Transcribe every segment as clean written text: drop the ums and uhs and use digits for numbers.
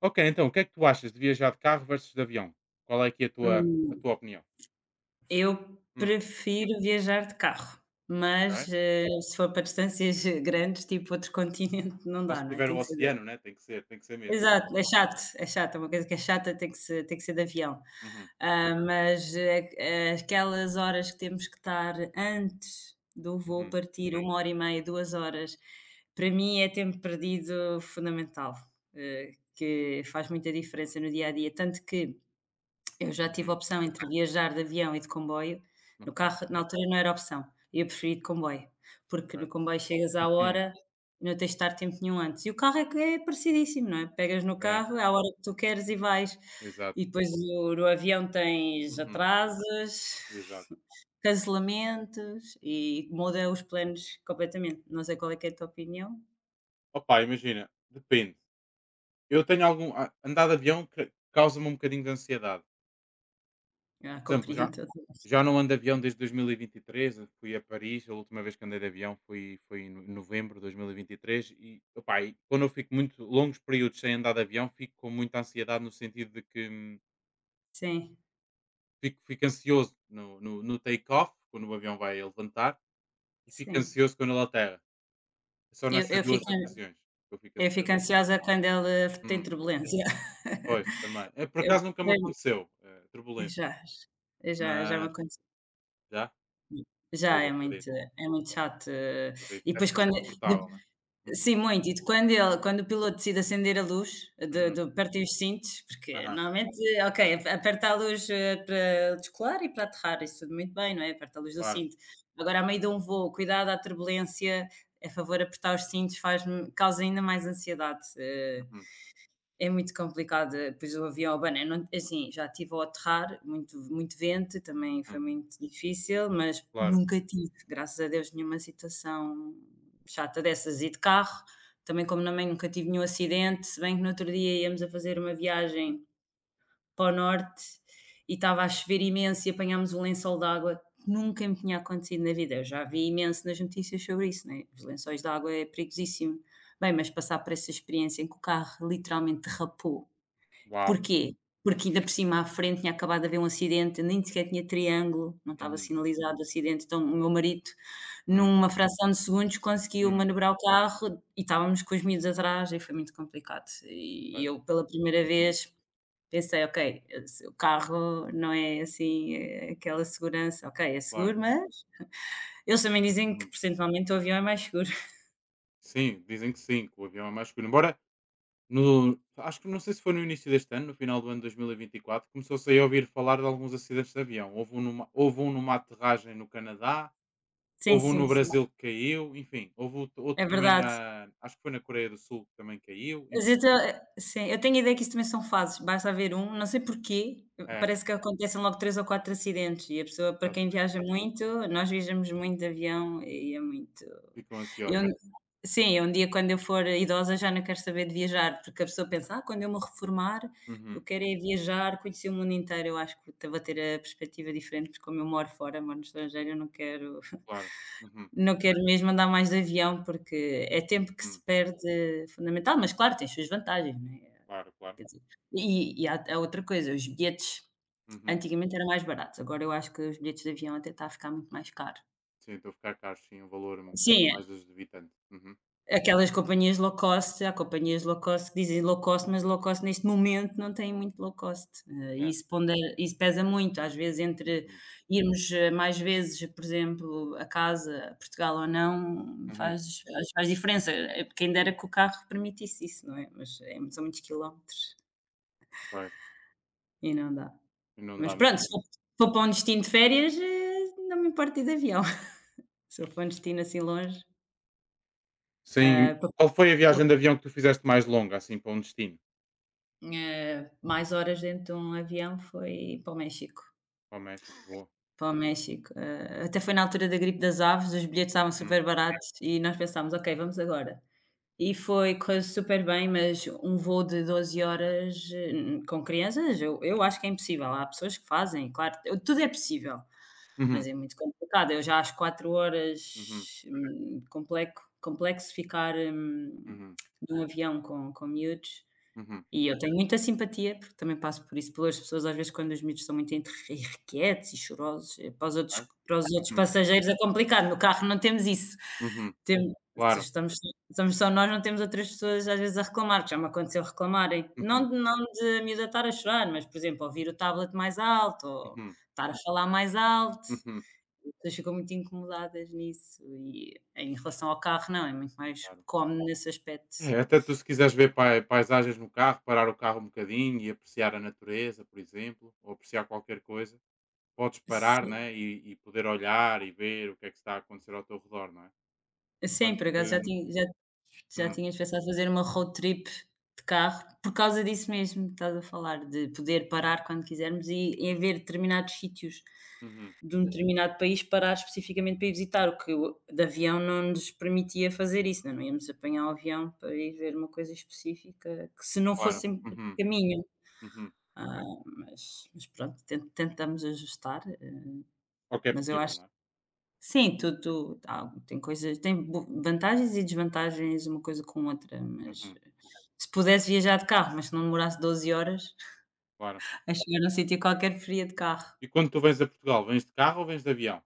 Ok, então, o que é que tu achas de viajar de carro versus de avião? Qual é aqui a tua, a Hum, tua opinião? eu Hum, prefiro viajar de carro, mas, ok. Se for para distâncias grandes, tipo outro continente, não Ou dá, se não é? tiver Tem o que ser oceano, né? Tem que ser de mesmo. exato, é chato, é chato, é uma coisa que é chata, tem que ser de avião. Uhum, Ah, mas, aquelas horas que temos que estar antes do voo uhum, partir, 1h30, 2 horas, para mim é tempo perdido fundamental, que faz muita diferença no dia a dia, tanto que eu já tive a uhum. opção entre viajar de avião e de comboio. No Ok, carro, na altura, não era opção. Eu preferi de comboio, porque no ok. comboio chegas à Uhum, hora e não tens de estar tempo nenhum antes. E o carro é que é parecidíssimo, não é? Pegas no é, carro, é a hora que tu queres e vais. exato. E depois o no avião tens Uhum, atrasos, exato. cancelamentos e muda Uhum. os planos completamente. Não sei qual é que é a tua opinião. Opa, imagina, depende. Eu tenho algum. Andar de avião causa-me um bocadinho de ansiedade. Ah, Por exemplo, eu já, compreendo. já não ando de avião desde 2023. Eu fui a Paris. A última vez que andei de avião foi em novembro de 2023 e, opá, e quando eu fico muito longos períodos sem andar de avião, fico com muita ansiedade no sentido de que Sim, fico ansioso no take-off, quando o avião vai a levantar, e fico sim. ansioso quando ele aterra. Só Eu nessas eu fiquei duas ocasiões que eu fico Eu fico ansioso. ansiosa quando ele tem Hum, turbulência. pois, também. É, por Eu acaso nunca me Bem, aconteceu, turbulência, já, já me mas aconteceu. já, Já pois é muito acredito, é muito chato, acredito. e Deve depois ser quando de desconfortável, né? Uhum. sim, muito, e de quando o piloto decide acender a luz, de Uhum. de apertem os cintos, porque Aham. normalmente, ok, aperta a luz, para descolar e para aterrar, isso tudo muito bem, não é? Aperta a luz do Claro. cinto. Agora a meio de um voo, cuidado à turbulência, a favor apertar os cintos faz causa ainda mais ansiedade. Uhum. É muito complicado, pois o avião bem, eu não é assim, já estive a aterrar, muito muito vento, também foi Uhum. muito difícil, mas Claro. nunca tive, graças a Deus, nenhuma situação chata dessas. E de carro, também como também nunca tive nenhum acidente, se bem que no outro dia íamos a fazer uma viagem para o norte e estava a chover imenso e apanhámos um lençol de água, nunca me tinha acontecido na vida. Eu já vi imenso nas notícias sobre isso, né, os lençóis de água é perigosíssimo. Bem, mas passar por essa experiência em que o carro literalmente derrapou. Uau! Porquê? Porque ainda por cima à frente tinha acabado de haver um acidente, nem sequer tinha triângulo, não estava Uhum. sinalizado o acidente, então o meu marido, Hum. numa fração de segundos, conseguiu Hum. manobrar o carro e estávamos com os miúdos atrás e foi muito complicado. Pois. E eu pela primeira Uhum. vez pensei: "Ok, se o carro não é assim, aquela segurança, ok, é Claro. seguro, mas" eles também dizem que Hum. percentualmente o avião é mais seguro. Sim, dizem que sim, que o avião é mais seguro. Embora no acho que não sei se foi no início deste ano, no final do ano de dois mil e vinte e quatro começou-se aí a ouvir falar de alguns acidentes de avião. Houve um numa aterragem no Canadá, Sim, houve um sim, no sim, Brasil que caiu, enfim, houve outro é também verdade. na acho que foi na Coreia do Sul que também caiu, Mas enfim. eu ta sim, eu tenho a ideia que isso também são fases, basta haver um, não sei porquê, É, parece que acontecem logo 3 ou 4 acidentes e a pessoa para quem exatamente. viaja muito nós viajamos muito de avião e é muito Ficam eu ansiosos. sim, eu um dia quando eu for idosa já não quero saber de viajar, porque a pessoa pensa: "Ah, quando eu me reformar, eu Uhum. quero é viajar, conhecer o mundo inteiro". Eu acho que vou ter a perspectiva diferente, porque como eu moro fora, moro no estrangeiro, eu não quero Claro. Uhum. Mesmo andar mais de avião, porque é tempo que se Uhum. perde fundamental, mas claro, tem as suas vantagens, não é? Claro, claro. Quer dizer, e há outra coisa, os bilhetes Uhum. antigamente eram mais baratos, agora eu acho que os bilhetes de avião até está a ficar muito mais caro. Sim, estou a ficar caros, sim, o valor é um bocadinho Sim, mais exorbitante. Uhum. aquelas companhias low cost, há companhias low cost que dizem low cost, mas low cost neste momento não tem muito low cost. Yeah. Isso pesa muito, às vezes entre Uhum. irmos, mais vezes, por exemplo, a casa, a Portugal ou não, Uhum. faz diferença. Quem dera que o carro permitisse isso, não é, mas é são muitos quilómetros Pois, e não dá. e não Mas dá mesmo, pronto, se né? for se for para um destino de férias, não me importo ir de avião. Se eu for para um destino assim longe, Sim, ah, pa qual foi a viagem de avião que tu fizeste mais longa, assim, para um destino? Mais horas dentro de um avião foi para o México, Para o México, boa. para o México. Até foi na altura da gripe das aves, os bilhetes estavam Hum. super baratos e nós pensámos: "Ok, vamos agora". E foi, correu super bem, mas um voo de 12 horas, com crianças, eu acho que é impossível. Há pessoas que fazem, claro, eu tudo é possível, mas Uhum. é muito complicado. Eu já às quatro Uhum. horas, compleco complexo ficar, Uhum. num avião com miúdos. Uhum. E eu tenho muita simpatia, porque também passo por isso, pelas pessoas às vezes quando os miúdos são muito entre irrequietos e chorosos, para os outros Ok. para os outros Uhum. passageiros é complicado, no carro não temos isso. Uhum. Temos Claro. estamos estamos só nós, não temos outras pessoas às vezes a reclamar, que já me aconteceu reclamarem. Uhum. Não de a miúda estar a chorar, mas, por exemplo, ouvir o tablet mais alto ou Uhum. estar a falar mais alto. Uhum. As pessoas ficam muito incomodadas nisso e em relação ao carro não, é muito mais Claro. calmo nesse aspecto. É, até tu se quiseres ver paisagens no carro, parar o carro um bocadinho e apreciar a natureza, por exemplo, ou apreciar qualquer coisa, podes parar, Se né, e poder olhar e ver o que é que está a acontecer ao teu redor, não é? Sim, Enquanto por acaso que. Já Hum, tínhamos pensado fazer uma road trip de carro, por causa disso mesmo que estás a falar, de poder parar quando quisermos e em haver determinados sítios uhum, de um determinado país, parar especificamente para ir visitar, o que o de avião não nos permitia fazer isso, não é, não íamos apanhar o avião para ir ver uma coisa específica, que se não claro, fosse em uhum, caminho. uhum. Ah, mas pronto, tentamos ajustar, É o que é mas eu possível, acho não é? Sim, tu tu ah, tem coisas tem bo vantagens e desvantagens uma coisa com outra, mas Uhum, se pudesse viajar de carro, mas se não demorasse 12 horas claro. a chegar num sítio qualquer, preferia de carro. E quando tu vens a Portugal, vens de carro ou vens de avião?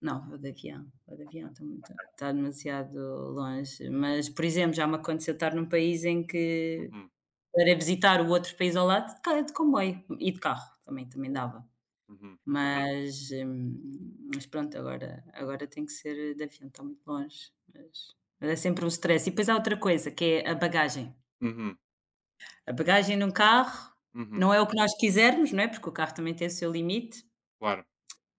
Não, vou de avião, Ok. está está demasiado longe. Mas, por exemplo, já me aconteceu estar num país em que Uhum, para visitar o outro país ao lado, de comboio e de carro também boa. dava. Uhum, Mas, hum, mas pronto, agora tem que ser de avião, está muito longe, mas é sempre um stress. E depois há outra coisa, que é a bagagem. uhum, A bagagem num carro uhum. não é o que nós quisermos, não é, porque o carro também tem o seu limite, Claro,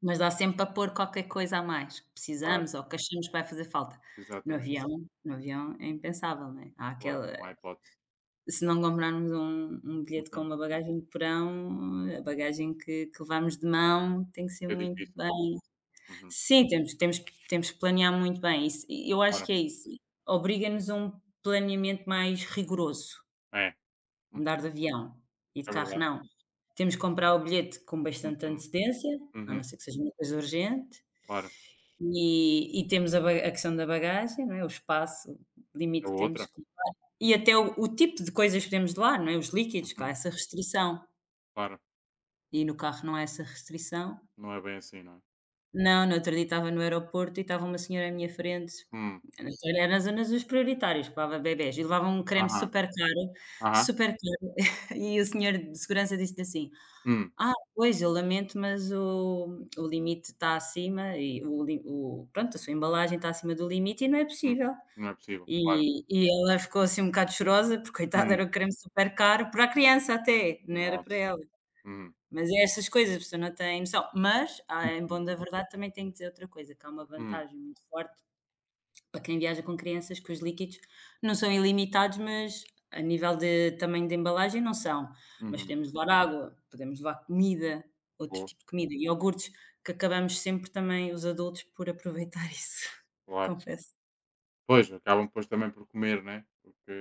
mas dá sempre para pôr qualquer coisa a mais que claro, precisamos ou que achamos que vai fazer falta. No exatamente. avião no avião é impensável, não é? Há Claro, aquela. não há hipótese. Se não comprarmos um bilhete com Uhum. uma bagagem de porão, a bagagem que levamos de mão tem que ser Fica muito difícil. bem. Uhum, Sim, temos que planear muito bem isso, eu acho claro, que é isso, obriga-nos a um planeamento mais rigoroso, é. Uhum, mudar de avião e de é carro verdade. não. Temos que comprar o bilhete com bastante Uhum, antecedência, a não uhum, ser que seja uma coisa urgente, claro. e temos a questão da bagagem, não é, o espaço, o É limite que outra. temos que e até o tipo de coisas que podemos levar, não é, os líquidos, que Uhum, essa restrição, claro. e no carro não há essa restrição. Não é bem assim, não é? Não, no outro dia estava no aeroporto e estava uma senhora à minha frente. Hum, Então, era nas zonas dos prioritários que levava bebés e levava um creme aham, aham. super caro, e o senhor de segurança disse-lhe assim: Hum, "Ah, pois, eu lamento, mas o limite está acima e o li o pronto, a sua embalagem está acima do limite e não é hum. possível". Não é possível, claro. E ela ficou assim um bocado chorosa, porque coitada, Hum, era um creme super caro para a criança até, não era para nossa. ela. Uhum, Mas é essas coisas, a pessoa não tem noção. Mas, ah, em bom uhum. da verdade, também tenho que dizer outra coisa, que há uma Hum, vantagem muito forte para quem viaja com crianças, que os líquidos não são ilimitados, mas a nível de tamanho de embalagem não são. Mas uhum. podemos levar água, podemos levar comida, outro Boa, tipo de comida, iogurtes, que acabamos sempre também, os adultos, por aproveitar isso, claro. confesso. Pois, acabam depois também por comer, né, porque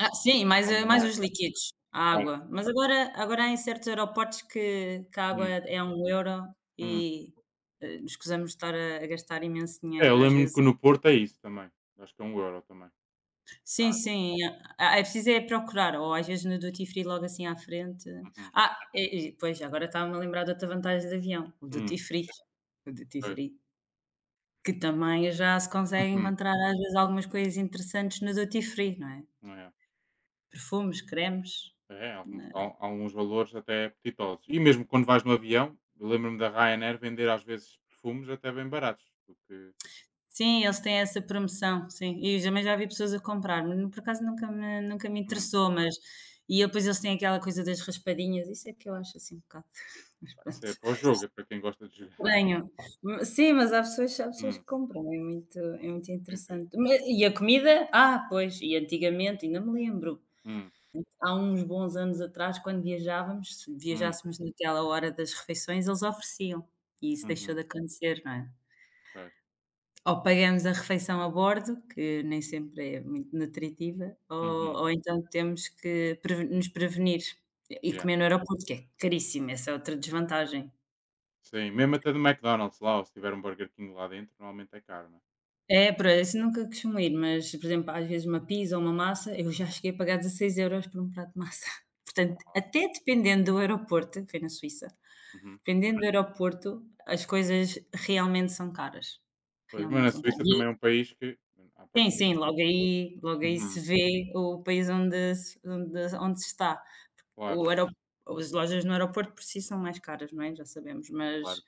Ah, sim, mais, anda mais mais, os líquidos, a claro. água. Mas agora há em certos aeroportos que a água Hum, é 1 euro hum. e, escusamos de estar a gastar imenso É, eu dinheiro às lembro-me vezes. que no Porto é isso também, acho que é um euro também, a Sim, água. sim, é preciso é procurar ou às vezes no duty free logo assim à frente. Uhum. Ah, e pois, agora estava-me a lembrar de outra vantagem de avião, o duty Hum, free. O duty pois. free, que também já se consegue Uhum. encontrar às vezes algumas coisas interessantes no duty free, não é? É. Perfumes, cremes. É, alguns há alguns valores até apetitosos. E mesmo quando vais no avião, eu lembro-me da Ryanair vender às vezes perfumes até bem baratos, porque, Sim, eles têm essa promoção, sim. E também já vi pessoas a comprar, mas por acaso nunca me hum, interessou, mas e depois eles têm aquela coisa das raspadinhas, isso é que eu acho assim um bocado, pá, isso pronto, é para o jogo, é para quem gosta de jogar. estranho. Sim, mas há pessoas que Hum, compram, muito sim, sim. interessante. Ma E a comida? Ah, pois, e antigamente, ainda me lembro, Hum, há uns bons anos atrás, quando viajávamos, se hum, viajássemos naquela hora das refeições, eles ofereciam, e isso deixou de uhum. acontecer, não é? Pois. Ou pagamos a refeição a bordo, que nem sempre é muito nutritiva, Uhum. ou então temos que preve nos prevenir e Yeah. comer no aeroporto, que é caríssimo, essa é outra desvantagem. Sim, mesmo até do McDonald's lá, ou se tiver um Burger King lá dentro, normalmente é caro, né? É, por isso nunca costumo ir, mas, por exemplo, às vezes uma pizza ou uma massa, eu já cheguei a pagar 16 euros por um prato de massa. Não Portanto, assim. até dependendo do aeroporto, foi na Suíça, Uhum. dependendo do aeroporto, as coisas realmente são caras, Pois, mas realmente na são caras. Suíça também é um país que, à Sim, partida. sim, logo aí se Uhum. vê o país onde se onde onde se está. Claro, O aero As lojas no aeroporto por si são mais caras, não é, já sabemos, claro. mas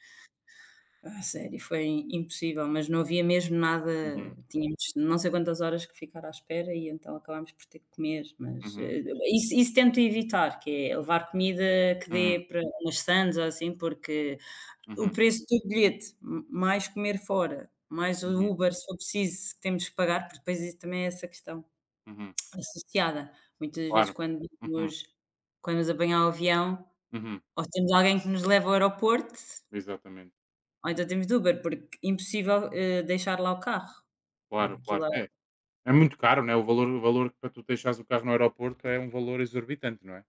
a sério, foi impossível, mas não havia mesmo nada. Uhum. Tínhamos não sei quantas horas que ficar à espera e então acabámos por ter que comer, mas, Uhum. Isso tento evitar, que é levar comida que Uhum. dê para umas sandes ou assim, porque o Uhum. preço do bilhete, m mais comer fora, mais o Uhum. Uber se for preciso, que temos que pagar, porque depois isso também é essa questão Uhum. associada. Muitas vezes Claro. quando Uhum. nos quando nos apanhar o avião, Uhum. ou temos alguém que nos leva ao aeroporto Exatamente. ou então temos de Uber, porque impossível, deixar lá o carro. Claro, Aquilo claro. é. É, é muito caro, né? O valor que para tu deixares o carro no aeroporto é um valor exorbitante, não é?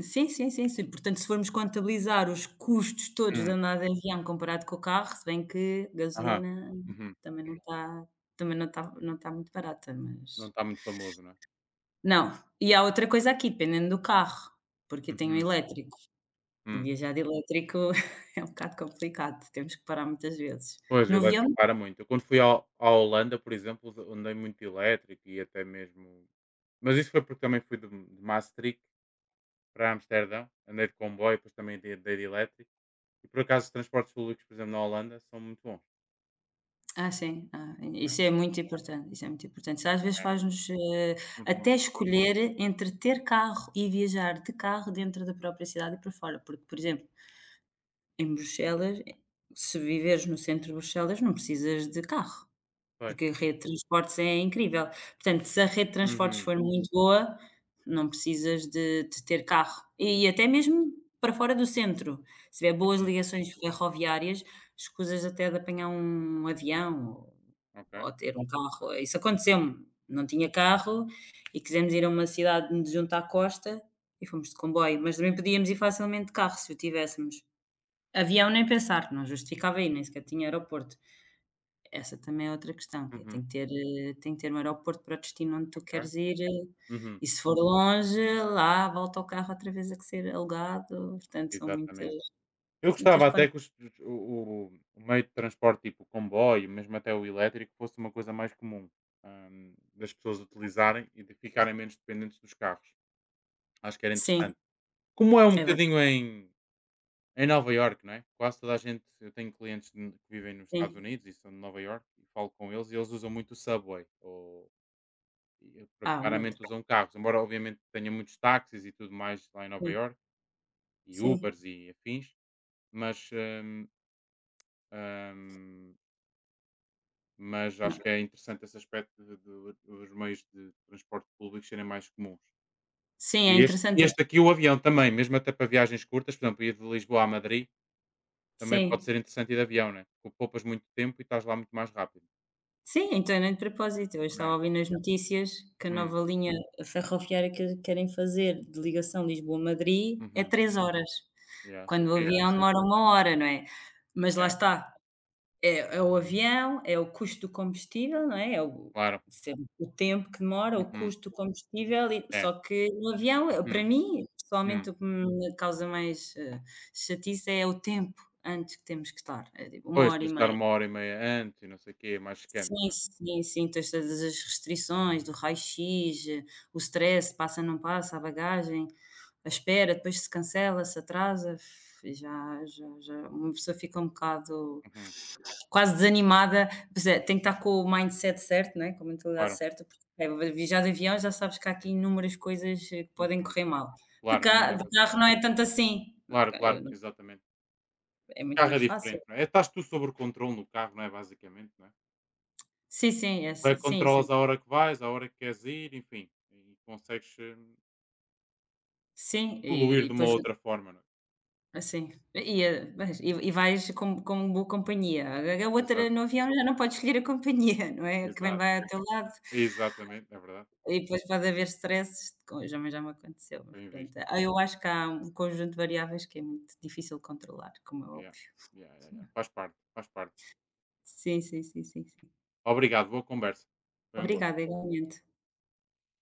Sim, sim, sim, sim. Portanto, se formos contabilizar os custos todos de Hum. andar de avião comparado com o carro, se bem que Aham. gasolina Uhum. também não está também não está não está muito barata, Não mas está muito famoso, não é? não, e há outra coisa aqui, dependendo do carro, porque eu tenho um Uhum. elétrico. Uhum. Viajar de elétrico é um bocado complicado, temos que parar muitas vezes. Pois, o No avião. elétrico para muito. Eu quando fui ao à Holanda, por exemplo, de andei muito elétrico e até mesmo mas isso foi porque também fui de Maastricht para Amsterdão, andei de comboio, depois também andei de elétrico e, por acaso, os transportes públicos, por exemplo, na Holanda são muito bons. Ah, sim, ah, É, isso é muito importante, isso é muito importante. Isso às vezes é. faz-nos, até Uhum. escolher entre ter carro e viajar de carro dentro da própria cidade e para fora, porque, por exemplo, em Bruxelas, se viveres no centro de Bruxelas, não precisas de carro. Pois. Porque a rede de transportes é incrível. Portanto, se a rede de transportes Uhum, for muito boa, não precisas de ter carro. E até mesmo para fora do centro, se tiver boas uhum. ligações ferroviárias, escusas até de apanhar um avião ou Ok. ou ter um carro. Isso aconteceu-me, não tinha carro e quisemos ir a uma cidade junto à costa e fomos de comboio, mas também podíamos ir facilmente de carro se o tivéssemos. Avião nem pensar, não justificava ir, nem sequer tinha aeroporto. Essa também é outra questão, que é tem Uhum. que ter, um aeroporto para o destino onde tu Ok. queres ir, Uhum. e se for longe, lá volta o carro outra vez a que ser alugado, portanto são muitas Exatamente. Eu muitas gostava quan até que os o meio de transporte, tipo o comboio, mesmo até o elétrico, fosse uma coisa mais comum, das pessoas utilizarem e de ficarem menos dependentes dos carros. Acho que era Sim, interessante. Como é um é verdade, bocadinho em Nova York, não é? Quase toda a gente eu tenho clientes n que vivem nos Estados sim. Unidos e são de Nova York e falo com eles e eles usam muito o Subway ou e pronto, Ah, o metro, raramente usam carros, embora obviamente tenha muitos táxis e tudo mais lá em Nova sim, York e sim, Ubers e afins, mas, hum, hum Mas não, acho que é interessante esse aspecto de do dos meios de transporte públicos serem mais comuns. sim, E é este interessante porque este aqui, o avião também, mesmo até para viagens curtas, por exemplo, ir de Lisboa a Madrid, também pode sim, ser interessante ir de avião, né, porque poupas muito tempo e estás lá muito mais rápido, sim, então nem de propósito, eu estava a né. ouvir nas notícias que a Hum, nova linha ferroviária que querem fazer de ligação Lisboa-Madrid é uhum, 3 horas, yeah, isso é quando o fixe. avião demora 1 hora, não é? Mas lá É, está. É o avião, é o custo do combustível, não é? É o claro. sempre o tempo que demora, o Uhum, custo do combustível e é. só que no avião, eu para Uhum, mim, pessoalmente, hum. o que me causa mais, chatice é o tempo antes que temos que estar, é tipo 1 Pois, tens hora de e estar meia. uma hora e meia antes e não sei o quê, é mais Sim, esquente, né. sim, sim, tens todas as restrições do raio-x, o stress, passa, não passa, a bagagem, a espera, depois se cancela, se atrasa, já uma pessoa fica um bocado Uhum, quase desanimada, pois é, tem que estar com o mindset certo, né, com a mentalidade claro. certa, porque é, viajar de avião já sabes que há aqui inúmeras coisas que podem Uhum, correr mal. De, claro, ca melhor de coisa. carro não é tanto assim. Claro, Ok, eu claro, não, exatamente. é muito Carro mais é fácil. diferente, não é? Estás tu sobre o controle no carro, não é? Basicamente, não é? Sim, sim, essa Vai, sim, sim. Isso controlas a é hora que vais, a hora que queres ir, enfim, e consegues sim, e poluir e de uma depois outra forma, não é? assim, e a mas e vais com boa companhia. A outra Exato, no avião já não pode escolher a companhia, não é, que vem exato, vai ao teu lado. exatamente, é verdade, E depois pode haver stresses, co já me aconteceu, mas bem pronto. visto. Ah, eu acho que há um conjunto de variáveis que é muito difícil de controlar, como é Yeah. óbvio. Yeah, yeah, yeah. Faz parte, faz parte. Sim, sim, sim, sim, sim. Obrigado, boa conversa. Foi um Obrigada, igualmente.